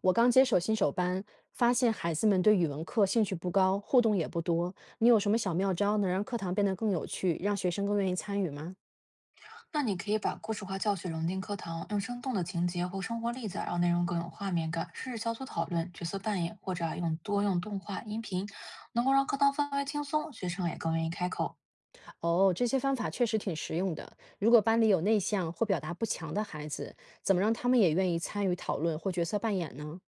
我刚接手新手班，发现孩子们对语文课兴趣不高，互动也不多。你有什么小妙招能让课堂变得更有趣，让学生更愿意参与吗？那你可以把故事化教学融进课堂，用生动的情节或生活例子啊让内容更有画面感。试试小组讨论、角色扮演，或者啊用用动画、音频，能够让课堂氛围轻松，学生也更愿意开口。哦，这些方法确实挺实用的。如果班里有内向或表达不强的孩子，怎么让他们也愿意参与讨论或角色扮演呢？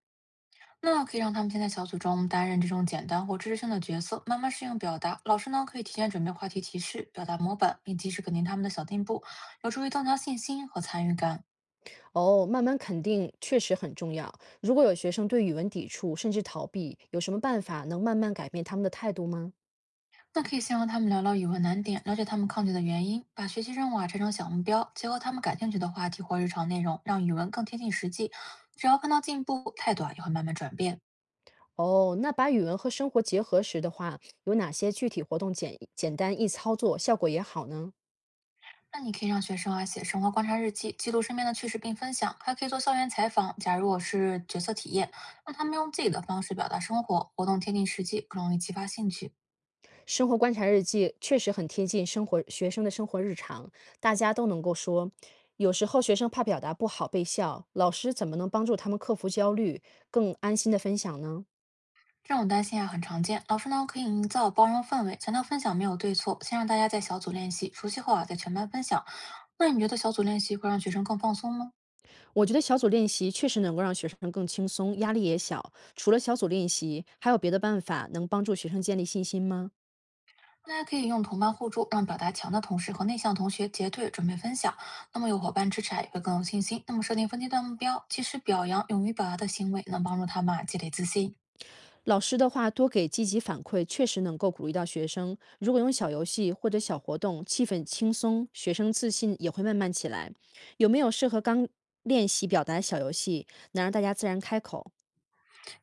那可以让他们先在小组中担任这种简单或知识性的角色，慢慢适应表达。老师呢，可以提前准备话题提示、表达模板，并及时肯定他们的小进步，有助于增强信心和参与感。哦，慢慢肯定确实很重要。如果有学生对语文抵触甚至逃避，有什么办法能慢慢改变他们的态度吗？那可以先让他们聊聊语文难点，了解他们抗拒的原因，把学习任务啊拆成小目标，结合他们感兴趣的话题或日常内容，让语文更贴近实际。只要看到进步，态度啊也会慢慢转变。哦，那把语文和生活结合时的话，有哪些具体活动简简单易操作，效果也好呢？那你可以让学生啊写生活观察日记，记录身边的趣事并分享，还可以做校园采访。假如我是角色体验，让他们用自己的方式表达生活，活动贴近实际，更容易激发兴趣。生活观察日记确实很贴近生活学生的生活日常，大家都能够说。有时候学生怕表达不好被笑，老师怎么能帮助他们克服焦虑，更安心的分享呢？这种担心啊很常见，老师呢可以营造包容氛围，强调分享没有对错，先让大家在小组练习，熟悉后啊再全班分享。那你觉得小组练习会让学生更放松吗？我觉得小组练习确实能够让学生更轻松，压力也小。除了小组练习，还有别的办法能帮助学生建立信心吗？大家可以用同伴互助，让表达强的同事和内向同学结对准备分享，那么有伙伴支持啊也会更有信心。那么设定分阶段目标，及时表扬勇于表达的行为，能帮助他们啊积累自信。老师的话多给积极反馈，确实能够鼓励到学生。如果用小游戏或者小活动，气氛轻松，学生自信也会慢慢起来。有没有适合刚练习表达的小游戏，能让大家自然开口？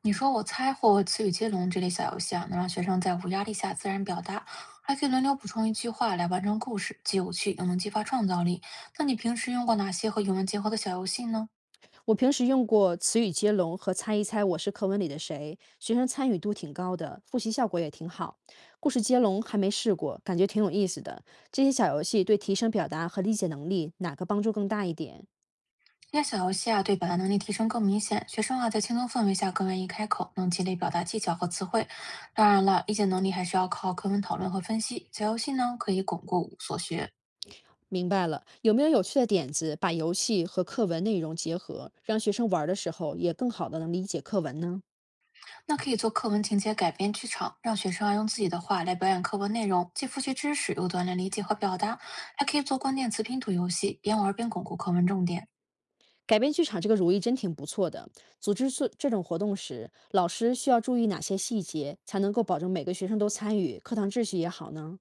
你说我猜或词语接龙这类小游戏啊，能让学生在无压力下自然表达，还可以轮流补充一句话来完成故事，既有趣又能激发创造力。那你平时用过哪些和语文结合的小游戏呢？我平时用过词语接龙和猜一猜我是课文里的谁，学生参与度挺高的，复习效果也挺好。故事接龙还没试过，感觉挺有意思的。这些小游戏对提升表达和理解能力，哪个帮助更大一点？这些小游戏啊，对表达能力提升更明显，学生啊在轻松氛围下更愿意开口，能积累表达技巧和词汇。当然了，理解能力还是要靠课文讨论和分析。小游戏呢，可以巩固所学，明白了，有没有有趣的点子，把游戏和课文内容结合，让学生玩儿的时候也更好的能理解课文呢？那可以做课文情节改编剧场，让学生啊用自己的话来表演课文内容，既复习知识，又锻炼理解和表达。还可以做关键词拼图游戏，边玩边巩固课文重点。改编剧场这个主意真挺不错的。组织这种活动时，老师需要注意哪些细节，才能够保证每个学生都参与，课堂秩序也好呢？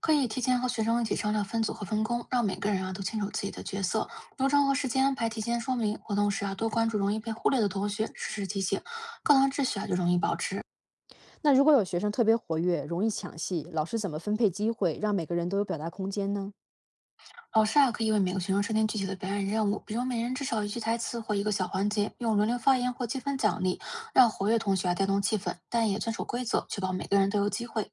可以提前和学生一起商量分组和分工，让每个人啊都清楚自己的角色、流程和时间安排，提前说明。活动时啊多关注容易被忽略的同学，适时提醒，课堂秩序啊就容易保持。那如果有学生特别活跃，容易抢戏，老师怎么分配机会，让每个人都有表达空间呢？老师啊，可以为每个学生设定具体的表演任务，比如每人至少一句台词或一个小环节，用轮流发言或积分奖励，让活跃同学啊带动气氛，但也遵守规则，确保每个人都有机会。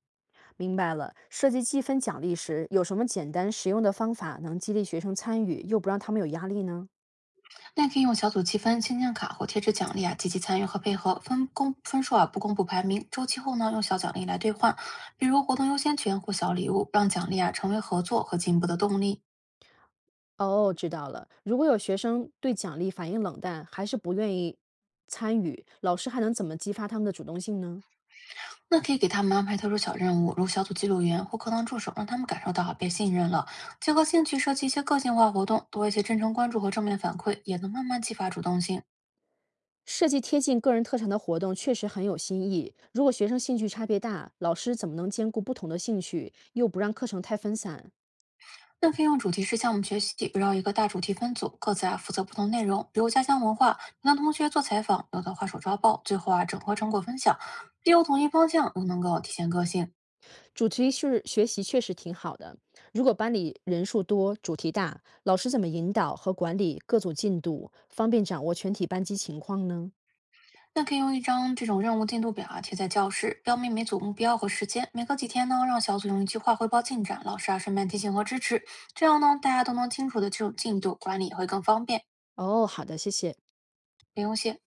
明白了，设计积分奖励时，有什么简单实用的方法能激励学生参与，又不让他们有压力呢？那也可以用小组积分、亲情卡或贴纸奖励啊，积极参与和配合，分公分数啊不公布排名，周期后呢用小奖励来兑换，比如活动优先权或小礼物，让奖励啊成为合作和进步的动力。哦，知道了。如果有学生对奖励反应冷淡，还是不愿意参与，老师还能怎么激发他们的主动性呢？那可以给他们安排特殊小任务，如小组记录员或课堂助手，让他们感受到被信任了。结合兴趣设计一些个性化活动，多一些真诚关注和正面反馈，也能慢慢激发主动性。设计贴近个人特长的活动确实很有新意。如果学生兴趣差别大，老师怎么能兼顾不同的兴趣，又不让课程太分散？那可以用主题式项目学习，围绕一个大主题分组，各自啊负责不同内容，比如家乡文化，让同学做采访，有的画手抓报，最后啊整合成果分享，既有统一方向，又能够体现个性。主题是学习确实挺好的。如果班里人数多，主题大，老师怎么引导和管理各组进度，方便掌握全体班级情况呢？那可以用一张这种任务进度表啊贴在教室，标明每组目标和时间。每隔几天呢，让小组用一句话汇报进展，老师啊顺便提醒和支持，这样呢大家都能清楚的这种进度，管理也会更方便，哦，好的，谢谢。不用谢。